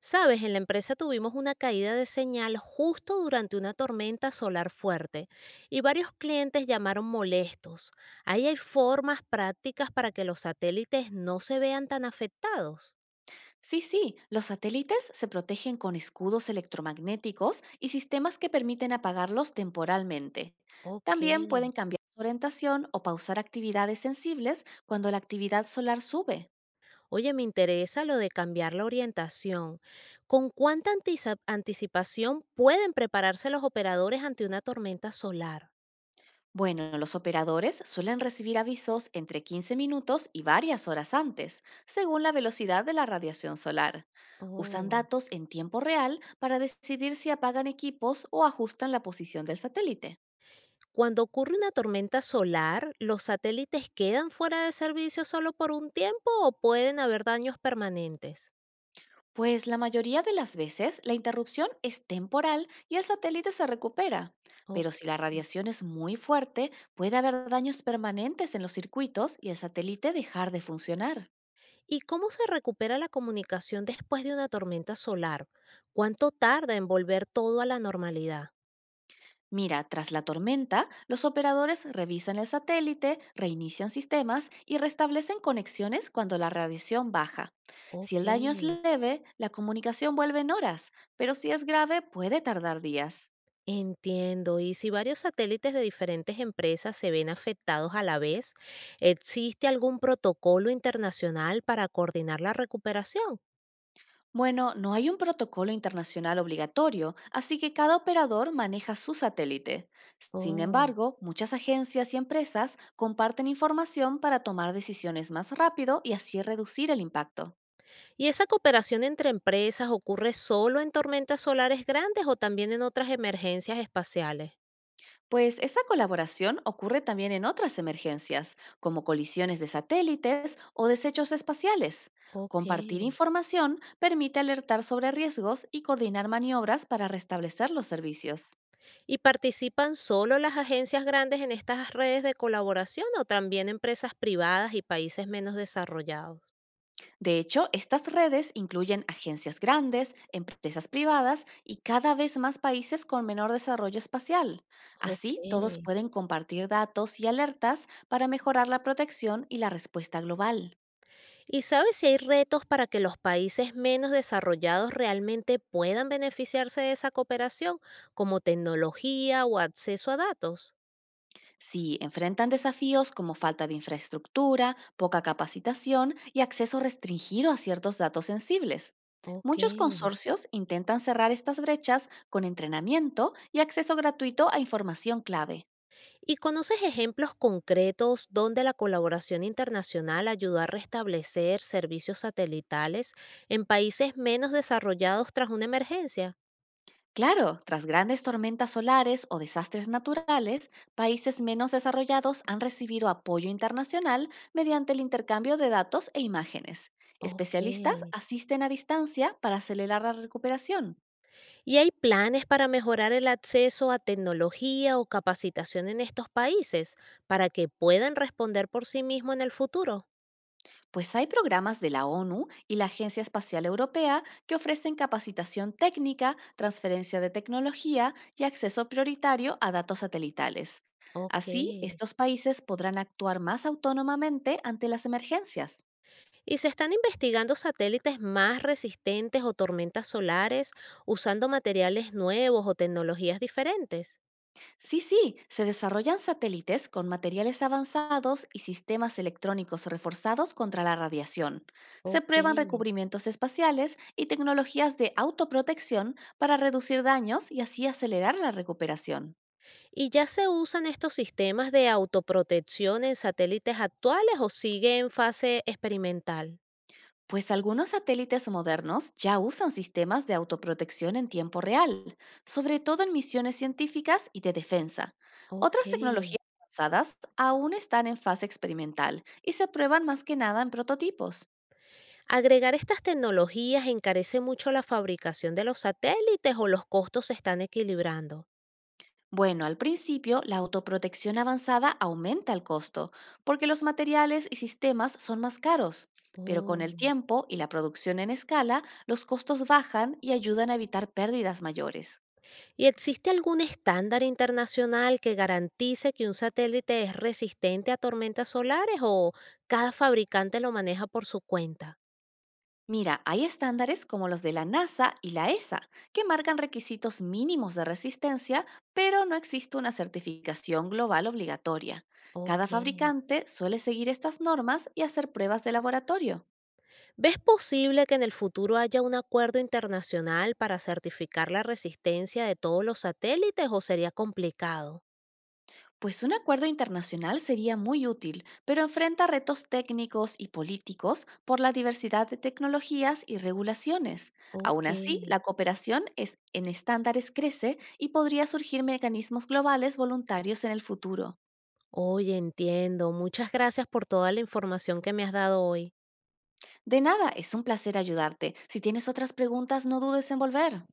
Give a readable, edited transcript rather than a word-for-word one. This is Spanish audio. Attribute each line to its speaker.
Speaker 1: Sabes, en la empresa tuvimos una caída de señal justo durante una tormenta solar fuerte y varios clientes llamaron molestos. Ahí hay formas prácticas para que los satélites no se vean tan afectados.
Speaker 2: Sí, sí, los satélites se protegen con escudos electromagnéticos y sistemas que permiten apagarlos temporalmente.
Speaker 1: Ok.
Speaker 2: También pueden cambiar su orientación o pausar actividades sensibles cuando la actividad solar sube.
Speaker 1: Oye, me interesa lo de cambiar la orientación. ¿Con cuánta anticipación pueden prepararse los operadores ante una tormenta solar?
Speaker 2: Bueno, los operadores suelen recibir avisos entre 15 minutos y varias horas antes, según la velocidad de la radiación solar. Usan
Speaker 1: Oh.
Speaker 2: datos en tiempo real para decidir si apagan equipos o ajustan la posición del satélite.
Speaker 1: Cuando ocurre una tormenta solar, ¿los satélites quedan fuera de servicio solo por un tiempo o pueden haber daños permanentes?
Speaker 2: Pues la mayoría de las veces la interrupción es temporal y el satélite se recupera,
Speaker 1: Ok.
Speaker 2: pero si la radiación es muy fuerte, puede haber daños permanentes en los circuitos y el satélite dejar de funcionar.
Speaker 1: ¿Y cómo se recupera la comunicación después de una tormenta solar? ¿Cuánto tarda en volver todo a la normalidad?
Speaker 2: Mira, tras la tormenta, los operadores revisan el satélite, reinician sistemas y restablecen conexiones cuando la radiación baja. Si
Speaker 1: Ok,
Speaker 2: el daño es leve, la comunicación vuelve en horas, pero si es grave, puede tardar días.
Speaker 1: entiendo. ¿Y si varios satélites de diferentes empresas se ven afectados a la vez, existe algún protocolo internacional para coordinar la recuperación?
Speaker 2: Bueno, no hay un protocolo internacional obligatorio, así que cada operador maneja su satélite. Sin
Speaker 1: Oh.
Speaker 2: embargo, muchas agencias y empresas comparten información para tomar decisiones más rápido y así reducir el impacto.
Speaker 1: ¿Y esa cooperación entre empresas ocurre solo en tormentas solares grandes o también en otras emergencias espaciales?
Speaker 2: Pues esa colaboración ocurre también en otras emergencias, como colisiones de satélites o desechos espaciales.
Speaker 1: Ok.
Speaker 2: Compartir información permite alertar sobre riesgos y coordinar maniobras para restablecer los servicios.
Speaker 1: ¿Y participan solo las agencias grandes en estas redes de colaboración o también empresas privadas y países menos desarrollados?
Speaker 2: De hecho, estas redes incluyen agencias grandes, empresas privadas y cada vez más países con menor desarrollo espacial.
Speaker 1: Ok.
Speaker 2: Así, todos pueden compartir datos y alertas para mejorar la protección y la respuesta global.
Speaker 1: ¿Y sabes si hay retos para que los países menos desarrollados realmente puedan beneficiarse de esa cooperación, como tecnología o acceso a datos?
Speaker 2: Si enfrentan desafíos como falta de infraestructura, poca capacitación y acceso restringido a ciertos datos sensibles.
Speaker 1: Ok.
Speaker 2: Muchos consorcios intentan cerrar estas brechas con entrenamiento y acceso gratuito a información clave.
Speaker 1: ¿Y conoces ejemplos concretos donde la colaboración internacional ayudó a restablecer servicios satelitales en países menos desarrollados tras una emergencia?
Speaker 2: Claro, tras grandes tormentas solares o desastres naturales, países menos desarrollados han recibido apoyo internacional mediante el intercambio de datos e imágenes.
Speaker 1: Ok.
Speaker 2: Especialistas asisten a distancia para acelerar la recuperación,
Speaker 1: ¿Y hay planes para mejorar el acceso a tecnología o capacitación en estos países para que puedan responder por sí mismos en el futuro?
Speaker 2: pues hay programas de la ONU y la Agencia Espacial Europea que ofrecen capacitación técnica, transferencia de tecnología y acceso prioritario a datos satelitales.
Speaker 1: Ok.
Speaker 2: Así, estos países podrán actuar más autónomamente ante las emergencias.
Speaker 1: ¿Y se están investigando satélites más resistentes o tormentas solares usando materiales nuevos o tecnologías diferentes?
Speaker 2: Sí, sí, se desarrollan satélites con materiales avanzados y sistemas electrónicos reforzados contra la radiación. Se
Speaker 1: Ok.
Speaker 2: prueban recubrimientos espaciales y tecnologías de autoprotección para reducir daños y así acelerar la recuperación.
Speaker 1: ¿Y ya se usan estos sistemas de autoprotección en satélites actuales o sigue en fase experimental?
Speaker 2: Pues algunos satélites modernos ya usan sistemas de autoprotección en tiempo real, sobre todo en misiones científicas y de defensa.
Speaker 1: Ok.
Speaker 2: Otras tecnologías avanzadas aún están en fase experimental y se prueban más que nada en prototipos.
Speaker 1: ¿Agregar estas tecnologías encarece mucho la fabricación de los satélites o los costos se están equilibrando?
Speaker 2: Bueno, al principio, la autoprotección avanzada aumenta el costo, porque los materiales y sistemas son más caros, pero con
Speaker 1: Oh.
Speaker 2: el tiempo y la producción en escala, los costos bajan y ayudan a evitar pérdidas mayores.
Speaker 1: ¿Y existe algún estándar internacional que garantice que un satélite es resistente a tormentas solares o cada fabricante lo maneja por su cuenta?
Speaker 2: Mira, hay estándares como los de la NASA y la ESA, que marcan requisitos mínimos de resistencia, pero no existe una certificación global obligatoria.
Speaker 1: Ok.
Speaker 2: Cada fabricante suele seguir estas normas y hacer pruebas de laboratorio.
Speaker 1: ¿Ves posible que en el futuro haya un acuerdo internacional para certificar la resistencia de todos los satélites o sería complicado?
Speaker 2: Pues un acuerdo internacional sería muy útil, pero enfrenta retos técnicos y políticos por la diversidad de tecnologías y regulaciones. Aún
Speaker 1: Ok.
Speaker 2: así, la cooperación en estándares crece y podría surgir mecanismos globales voluntarios en el futuro.
Speaker 1: Oye, entiendo. Muchas gracias por toda la información que me has dado hoy.
Speaker 2: De nada, es un placer ayudarte. Si tienes otras preguntas, no dudes en volver.